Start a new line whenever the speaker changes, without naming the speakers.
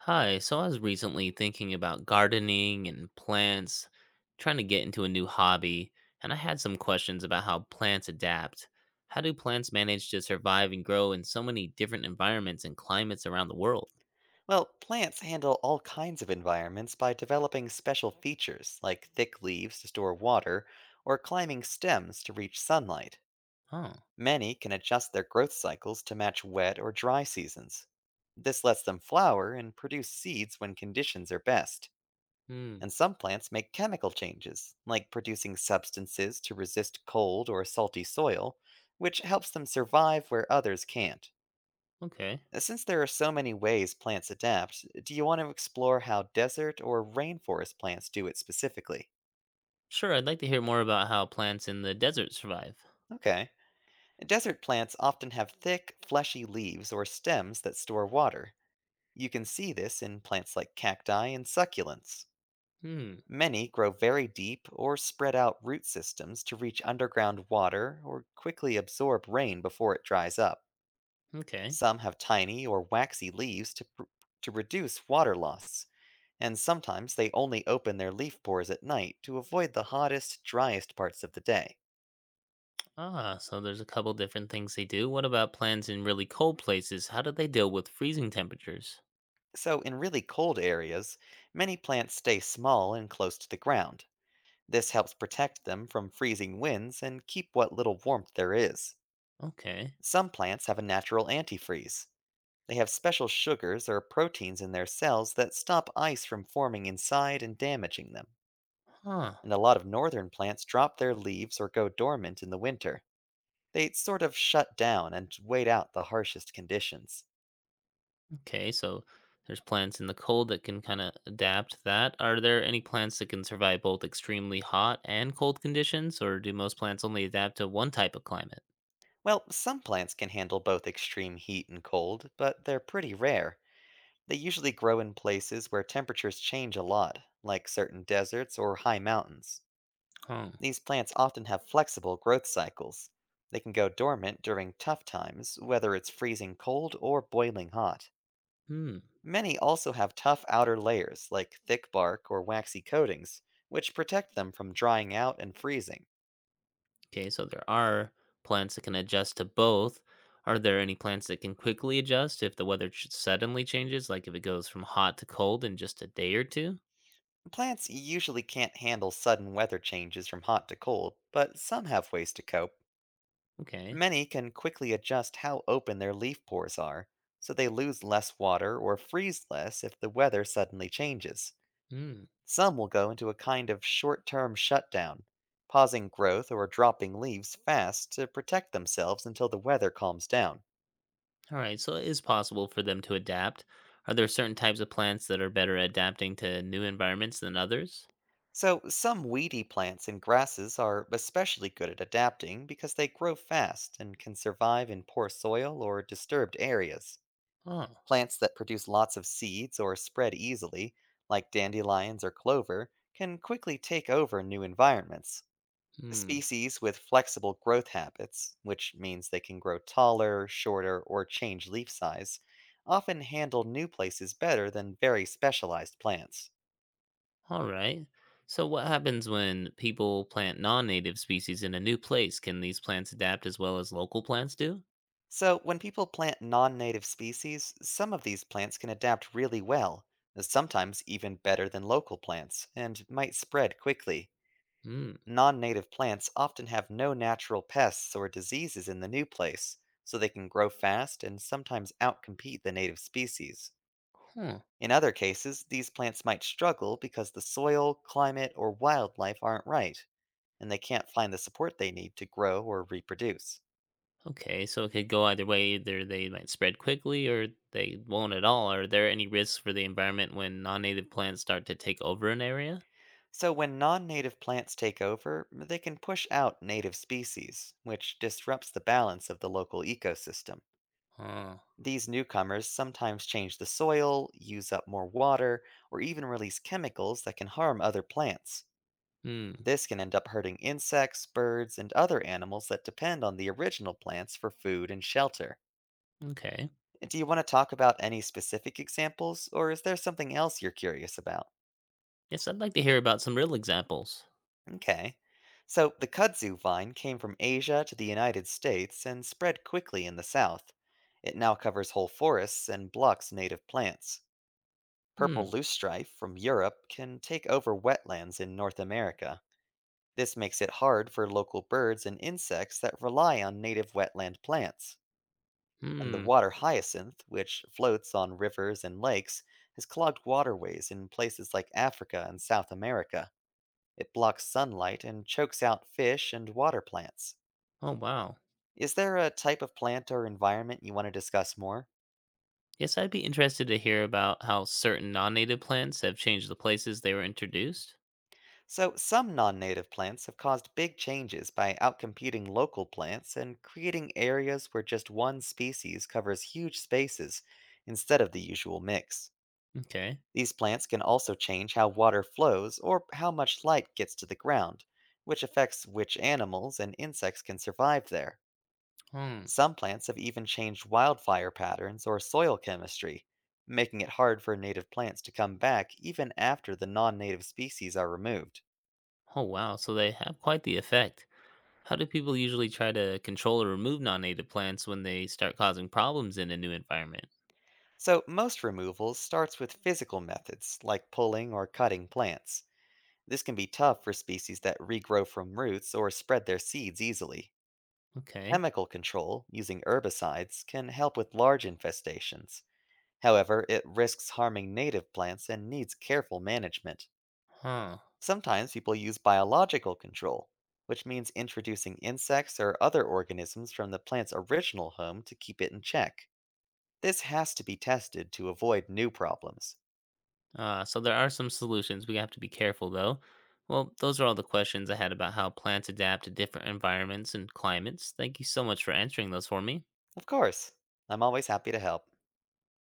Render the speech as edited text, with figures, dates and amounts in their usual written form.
Hi, so I was recently thinking about gardening and plants, trying to get into a new hobby, and I had some questions about how plants adapt. How do plants manage to survive and grow in so many different environments and climates around the world?
Well, plants handle all kinds of environments by developing special features, like thick leaves to store water, or climbing stems to reach sunlight.
Oh,
Many can adjust their growth cycles to match wet or dry seasons. This lets them flower and produce seeds when conditions are best.
hmm,
And some plants make chemical changes, like producing substances to resist cold or salty soil, which helps them survive where others can't.
okay.
Since there are so many ways plants adapt, do you want to explore how desert or rainforest plants do it specifically?
Sure, I'd like to hear more about how plants in the desert survive.
Okay. Desert plants often have thick, fleshy leaves or stems that store water. You can see this in plants like cacti and succulents.
Hmm,
Many grow very deep or spread out root systems to reach underground water or quickly absorb rain before it dries up.
okay.
Some have tiny or waxy leaves to reduce water loss. And sometimes they only open their leaf pores at night to avoid the hottest, driest parts of the day.
Ah, so there's a couple different things they do. What about plants in really cold places? How do they deal with freezing temperatures?
So, in really cold areas, many plants stay small and close to the ground. This helps protect them from freezing winds and keep what little warmth there is.
Okay.
Some plants have a natural antifreeze. They have special sugars or proteins in their cells that stop ice from forming inside and damaging them.
Huh.
And a lot of northern plants drop their leaves or go dormant in the winter. They sort of shut down and wait out the harshest conditions.
Okay, so there's plants in the cold that can kind of adapt to that. Are there any plants that can survive both extremely hot and cold conditions, or do most plants only adapt to one type of climate?
Well, some plants can handle both extreme heat and cold, but they're pretty rare. They usually grow in places where temperatures change a lot, like certain deserts or high mountains.
Oh,
These plants often have flexible growth cycles. They can go dormant during tough times, whether it's freezing cold or boiling hot.
hmm.
Many also have tough outer layers, like thick bark or waxy coatings, which protect them from drying out and freezing.
Okay, so there are plants that can adjust to both. Are there any plants that can quickly adjust if the weather suddenly changes, like if it goes from hot to cold in just a day or two?
Plants usually can't handle sudden weather changes from hot to cold, but some have ways to cope.
Okay.
Many can quickly adjust how open their leaf pores are, so they lose less water or freeze less if the weather suddenly changes.
Hmm.
Some will go into a kind of short term shutdown, pausing growth or dropping leaves fast to protect themselves until the weather calms down.
All right, so it is possible for them to adapt. Are there certain types of plants that are better at adapting to new environments than others?
So, some weedy plants and grasses are especially good at adapting because they grow fast and can survive in poor soil or disturbed areas.
Oh,
Plants that produce lots of seeds or spread easily, like dandelions or clover, can quickly take over new environments.
hmm.
Species with flexible growth habits, which means they can grow taller, shorter, or change leaf size, often handle new places better than very specialized plants.
All right. So, what happens when people plant non native species in a new place? Can these plants adapt as well as local plants do?
So, when people plant non native species, some of these plants can adapt really well, sometimes even better than local plants, and might spread quickly.
Hmm.
Non native plants often have no natural pests or diseases in the new place, so they can grow fast and sometimes outcompete the native species.
Huh.
In other cases, these plants might struggle because the soil, climate, or wildlife aren't right, and they can't find the support they need to grow or reproduce.
Okay. So, it could go either way. Either they might spread quickly or they won't at all. Are there any risks for the environment when non native plants start to take over an area?
So, when non native plants take over, they can push out native species, which disrupts the balance of the local ecosystem.
Oh.
These newcomers sometimes change the soil, use up more water, or even release chemicals that can harm other plants.
Hmm.
This can end up hurting insects, birds, and other animals that depend on the original plants for food and shelter.
Okay.
Do you want to talk about any specific examples, or is there something else you're curious about?
Yes, I'd like to hear about some real examples.
Okay. So the kudzu vine came from Asia to the United States and spread quickly in the South. It now covers whole forests and blocks native plants.
Hmm.
Purple loosestrife from Europe can take over wetlands in North America. This makes it hard for local birds and insects that rely on native wetland plants. And the
Hmm.
water hyacinth, which floats on rivers and lakes, has clogged waterways in places like Africa and South America. It blocks sunlight and chokes out fish and water plants.
Oh, wow.
Is there a type of plant or environment you want to discuss more?
Yes, I'd be interested to hear about how certain non-native plants have changed the places they were introduced.
So, some non native plants have caused big changes by outcompeting local plants and creating areas where just one species covers huge spaces instead of the usual mix.
Okay.
These plants can also change how water flows or how much light gets to the ground, which affects which animals and insects can survive there.
Hmm.
Some plants have even changed wildfire patterns or soil chemistry, making it hard for native plants to come back even after the non native species are removed.
Oh wow, so they have quite the effect. How do people usually try to control or remove non-native plants when they start causing problems in a new environment?
So, most removals starts with physical methods like pulling or cutting plants. This can be tough for species that regrow from roots or spread their seeds easily.
Okay.
Chemical control, using herbicides, can help with large infestations. However, it risks harming native plants and needs careful management.
Huh.
Sometimes people use biological control, which means introducing insects or other organisms from the plant's original home to keep it in check. This has to be tested to avoid new problems.
So there are some solutions. We have to be careful though. Well, those are all the questions I had about how plants adapt to different environments and climates. Thank you so much for answering those for me.
Of course, I'm always happy to help.